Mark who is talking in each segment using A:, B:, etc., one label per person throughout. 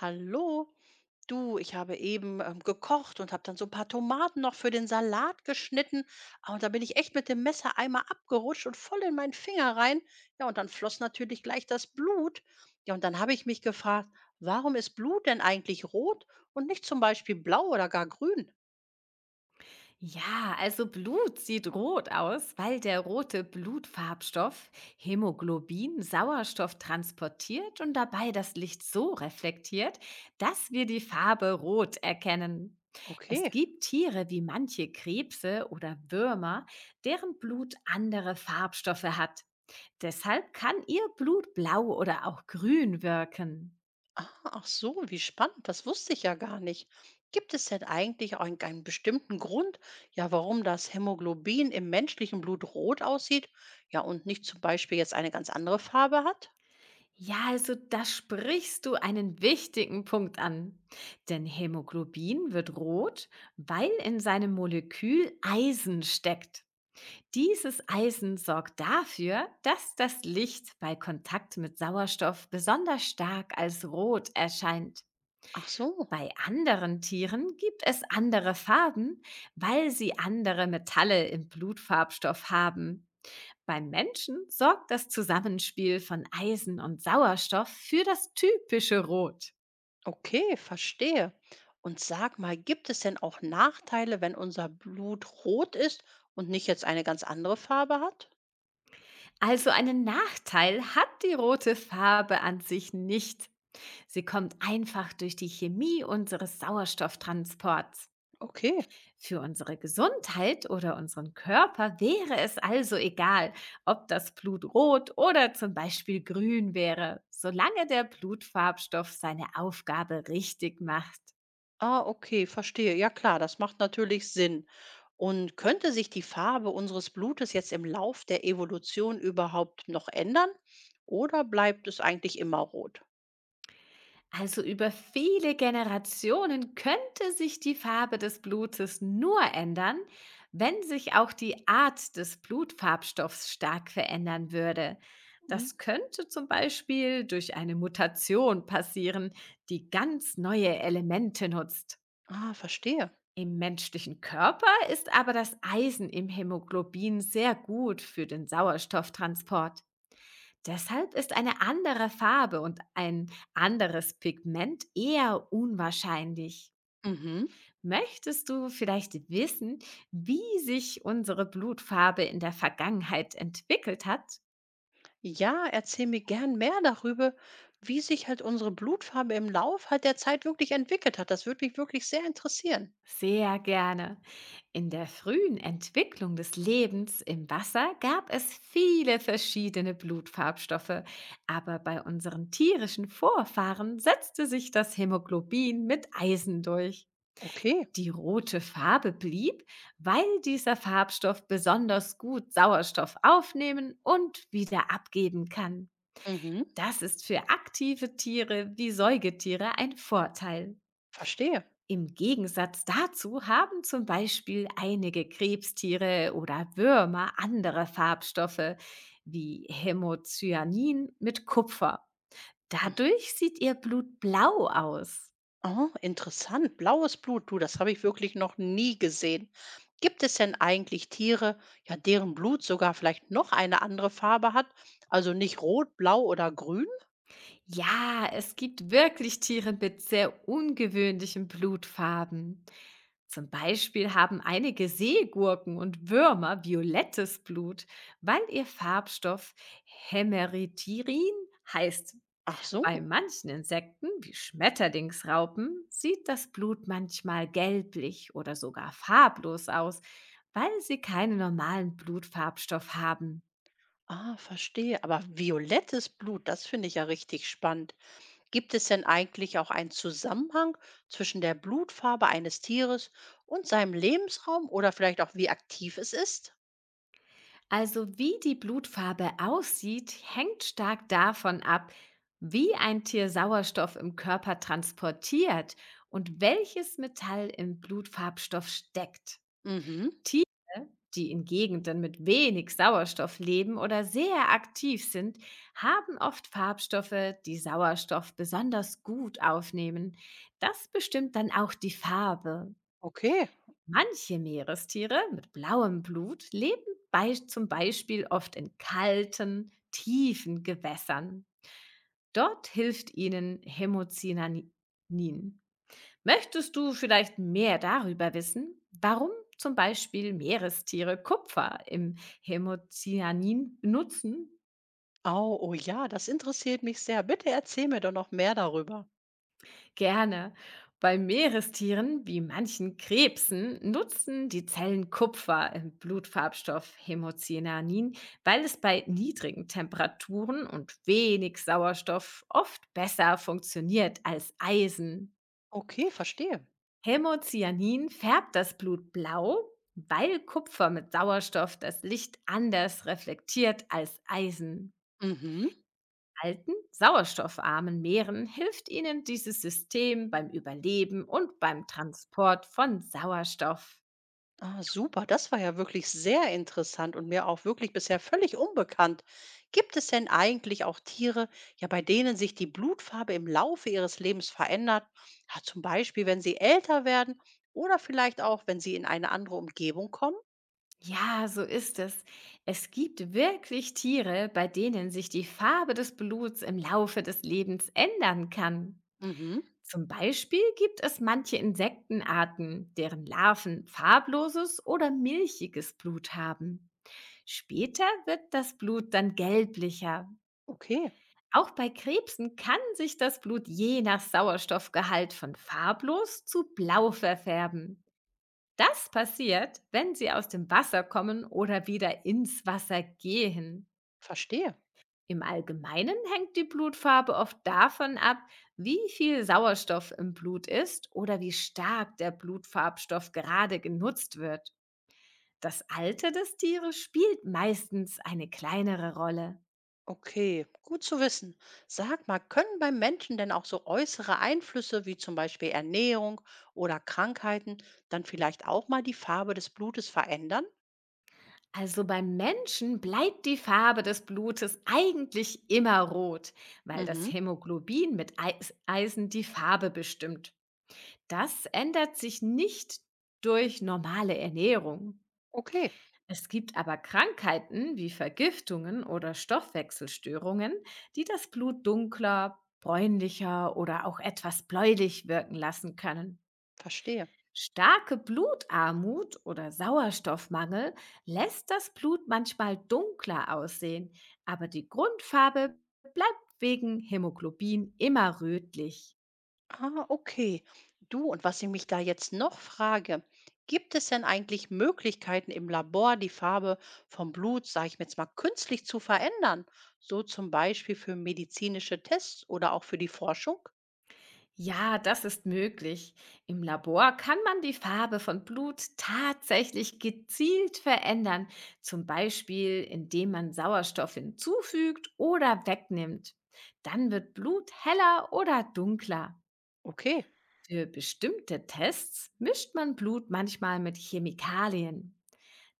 A: Hallo, du, ich habe eben gekocht und habe dann so ein paar Tomaten noch für den Salat geschnitten. Ah, und da bin ich echt mit dem Messer einmal abgerutscht und voll in meinen Finger rein. Ja, und dann floss natürlich gleich das Blut. Ja, und dann habe ich mich gefragt, warum ist Blut denn eigentlich rot und nicht zum Beispiel blau oder gar grün?
B: Ja, also Blut sieht rot aus, weil der rote Blutfarbstoff Hämoglobin Sauerstoff transportiert und dabei das Licht so reflektiert, dass wir die Farbe rot erkennen. Es
A: Okay.
B: gibt Tiere wie manche Krebse oder Würmer, deren Blut andere Farbstoffe hat. Deshalb kann ihr Blut blau oder auch grün wirken.
A: Ah, ach so, wie spannend. Das wusste ich ja gar nicht. Gibt es denn eigentlich einen bestimmten Grund, ja, warum das Hämoglobin im menschlichen Blut rot aussieht? Ja, und nicht zum Beispiel jetzt eine ganz andere Farbe hat?
B: Ja, also da sprichst du einen wichtigen Punkt an. Denn Hämoglobin wird rot, weil in seinem Molekül Eisen steckt. Dieses Eisen sorgt dafür, dass das Licht bei Kontakt mit Sauerstoff besonders stark als rot erscheint.
A: Ach so,
B: Bei anderen Tieren gibt es andere Farben, weil sie andere Metalle im Blutfarbstoff haben. Beim Menschen sorgt das Zusammenspiel von Eisen und Sauerstoff für das typische Rot.
A: okay, verstehe. Und sag mal, gibt es denn auch Nachteile, wenn unser Blut rot ist und nicht jetzt eine ganz andere Farbe hat?
B: Also einen Nachteil hat die rote Farbe an sich nicht. Sie kommt einfach durch die Chemie unseres Sauerstofftransports.
A: Okay.
B: Für unsere Gesundheit oder unseren Körper wäre es also egal, ob das Blut rot oder zum Beispiel grün wäre, solange der Blutfarbstoff seine Aufgabe richtig macht.
A: Ah, okay, verstehe. Ja klar, das macht natürlich Sinn. Und könnte sich die Farbe unseres Blutes jetzt im Lauf der Evolution überhaupt noch ändern? Oder bleibt es eigentlich immer rot?
B: Also über viele Generationen könnte sich die Farbe des Blutes nur ändern, wenn sich auch die Art des Blutfarbstoffs stark verändern würde.
A: Hm?
B: Das könnte zum Beispiel durch eine Mutation passieren, die ganz neue Elemente nutzt.
A: Ah, verstehe.
B: Im menschlichen Körper ist aber das Eisen im Hämoglobin sehr gut für den Sauerstofftransport. Deshalb ist eine andere Farbe und ein anderes Pigment eher unwahrscheinlich.
A: Mhm.
B: Möchtest du vielleicht wissen, wie sich unsere Blutfarbe in der Vergangenheit entwickelt hat?
A: Ja, erzähl mir gern mehr darüber, wie sich halt unsere Blutfarbe im Lauf halt der Zeit wirklich entwickelt hat. Das würde mich wirklich sehr interessieren.
B: Sehr gerne. In der frühen Entwicklung des Lebens im Wasser gab es viele verschiedene Blutfarbstoffe, aber bei unseren tierischen Vorfahren setzte sich das Hämoglobin mit Eisen durch.
A: Okay.
B: Die rote Farbe blieb, weil dieser Farbstoff besonders gut Sauerstoff aufnehmen und wieder abgeben kann.
A: Mhm.
B: Das ist für aktive Tiere wie Säugetiere ein Vorteil.
A: Verstehe.
B: Im Gegensatz dazu haben zum Beispiel einige Krebstiere oder Würmer andere Farbstoffe wie Hämocyanin mit Kupfer. Dadurch sieht ihr Blut blau aus.
A: Oh, interessant. Blaues Blut, du, das habe ich wirklich noch nie gesehen. Gibt es denn eigentlich Tiere, ja, deren Blut sogar vielleicht noch eine andere Farbe hat? Also nicht rot, blau oder grün?
B: Ja, es gibt wirklich Tiere mit sehr ungewöhnlichen Blutfarben. Zum Beispiel haben einige Seegurken und Würmer violettes Blut, weil ihr Farbstoff Hämeritirin heißt.
A: Ach so.
B: Bei manchen Insekten, wie Schmetterlingsraupen, sieht das Blut manchmal gelblich oder sogar farblos aus, weil sie keinen normalen Blutfarbstoff haben.
A: Ah, verstehe. Aber violettes Blut, das finde ich ja richtig spannend. Gibt es denn eigentlich auch einen Zusammenhang zwischen der Blutfarbe eines Tieres und seinem Lebensraum oder vielleicht auch wie aktiv es ist?
B: Also wie die Blutfarbe aussieht, hängt stark davon ab, wie ein Tier Sauerstoff im Körper transportiert und welches Metall im Blutfarbstoff steckt.
A: Mhm,
B: Tiere, die in Gegenden mit wenig Sauerstoff leben oder sehr aktiv sind, haben oft Farbstoffe, die Sauerstoff besonders gut aufnehmen. Das bestimmt dann auch die Farbe.
A: okay.
B: Manche Meerestiere mit blauem Blut leben bei, zum Beispiel oft in kalten, tiefen Gewässern. Dort hilft ihnen Hämocyanin. Möchtest du vielleicht mehr darüber wissen, warum zum Beispiel Meerestiere Kupfer im Hämocyanin benutzen?
A: Au, oh ja, das interessiert mich sehr. Bitte erzähl mir doch noch mehr darüber.
B: Gerne. Bei Meerestieren wie manchen Krebsen nutzen die Zellen Kupfer im Blutfarbstoff Hämocyanin, weil es bei niedrigen Temperaturen und wenig Sauerstoff oft besser funktioniert als Eisen.
A: Okay, verstehe.
B: Hämocyanin färbt das Blut blau, weil Kupfer mit Sauerstoff das Licht anders reflektiert als Eisen
A: Mhm.
B: alten, sauerstoffarmen Meeren hilft ihnen dieses System beim Überleben und beim Transport von Sauerstoff.
A: Ah, super, das war ja wirklich sehr interessant und mir auch wirklich bisher völlig unbekannt. Gibt es denn eigentlich auch Tiere, ja, bei denen sich die Blutfarbe im Laufe ihres Lebens verändert? Ja, zum Beispiel, wenn sie älter werden oder vielleicht auch, wenn sie in eine andere Umgebung kommen?
B: Ja, so ist es. Es gibt wirklich Tiere, bei denen sich die Farbe des Bluts im Laufe des Lebens ändern kann.
A: Mhm.
B: Zum Beispiel gibt es manche Insektenarten, deren Larven farbloses oder milchiges Blut haben. Später wird das Blut dann gelblicher.
A: Okay,
B: Auch bei Krebsen kann sich das Blut je nach Sauerstoffgehalt von farblos zu blau verfärben. Das passiert, wenn sie aus dem Wasser kommen oder wieder ins Wasser gehen.
A: verstehe.
B: Im Allgemeinen hängt die Blutfarbe oft davon ab, wie viel Sauerstoff im Blut ist oder wie stark der Blutfarbstoff gerade genutzt wird. Das Alter des Tieres spielt meistens eine kleinere Rolle.
A: Okay, gut zu wissen. Sag mal, können beim Menschen denn auch so äußere Einflüsse wie zum Beispiel Ernährung oder Krankheiten dann vielleicht auch mal die Farbe des Blutes verändern?
B: Also beim Menschen bleibt die Farbe des Blutes eigentlich immer rot, weil das
A: Mhm,
B: Hämoglobin mit Eisen die Farbe bestimmt. Das ändert sich nicht durch normale Ernährung.
A: okay,
B: Es gibt aber Krankheiten wie Vergiftungen oder Stoffwechselstörungen, die das Blut dunkler, bräunlicher oder auch etwas bläulich wirken lassen können.
A: verstehe.
B: Starke Blutarmut oder Sauerstoffmangel lässt das Blut manchmal dunkler aussehen, aber die Grundfarbe bleibt wegen Hämoglobin immer rötlich.
A: Ah, okay. Du, und was ich mich da jetzt noch frage, gibt es denn eigentlich Möglichkeiten im Labor, die Farbe vom Blut, sage ich mir jetzt mal, künstlich zu verändern? So zum Beispiel für medizinische Tests oder auch für die Forschung?
B: Ja, das ist möglich. Im Labor kann man die Farbe von Blut tatsächlich gezielt verändern, zum Beispiel indem man Sauerstoff hinzufügt oder wegnimmt. Dann wird Blut heller oder dunkler.
A: Okay.
B: Für bestimmte Tests mischt man Blut manchmal mit Chemikalien.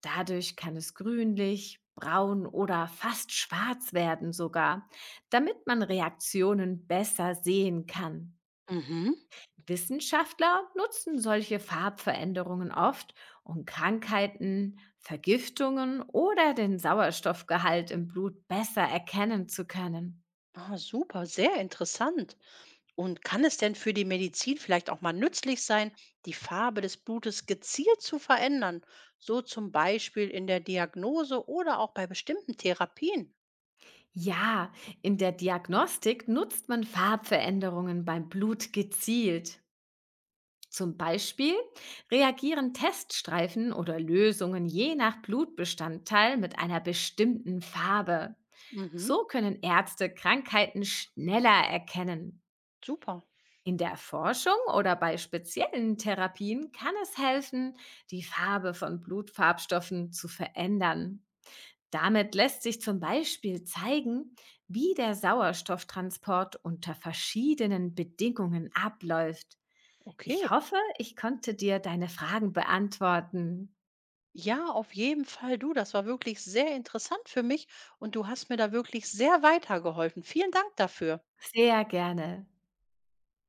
B: Dadurch kann es grünlich, braun oder fast schwarz werden sogar, damit man Reaktionen besser sehen kann.
A: Mhm.
B: Wissenschaftler nutzen solche Farbveränderungen oft, um Krankheiten, Vergiftungen oder den Sauerstoffgehalt im Blut besser erkennen zu können.
A: Ah, super, sehr interessant. Und kann es denn für die Medizin vielleicht auch mal nützlich sein, die Farbe des Blutes gezielt zu verändern? So zum Beispiel in der Diagnose oder auch bei bestimmten Therapien.
B: Ja, in der Diagnostik nutzt man Farbveränderungen beim Blut gezielt. Zum Beispiel reagieren Teststreifen oder Lösungen je nach Blutbestandteil mit einer bestimmten Farbe.
A: Mhm,
B: So können Ärzte Krankheiten schneller erkennen.
A: super,
B: In der Forschung oder bei speziellen Therapien kann es helfen, die Farbe von Blutfarbstoffen zu verändern. Damit lässt sich zum Beispiel zeigen, wie der Sauerstofftransport unter verschiedenen Bedingungen abläuft. Ich
A: okay.
B: hoffe, ich konnte dir deine Fragen beantworten.
A: Ja, auf jeden Fall du. Das war wirklich sehr interessant für mich und du hast mir da wirklich sehr weitergeholfen. Vielen Dank dafür.
B: Sehr gerne.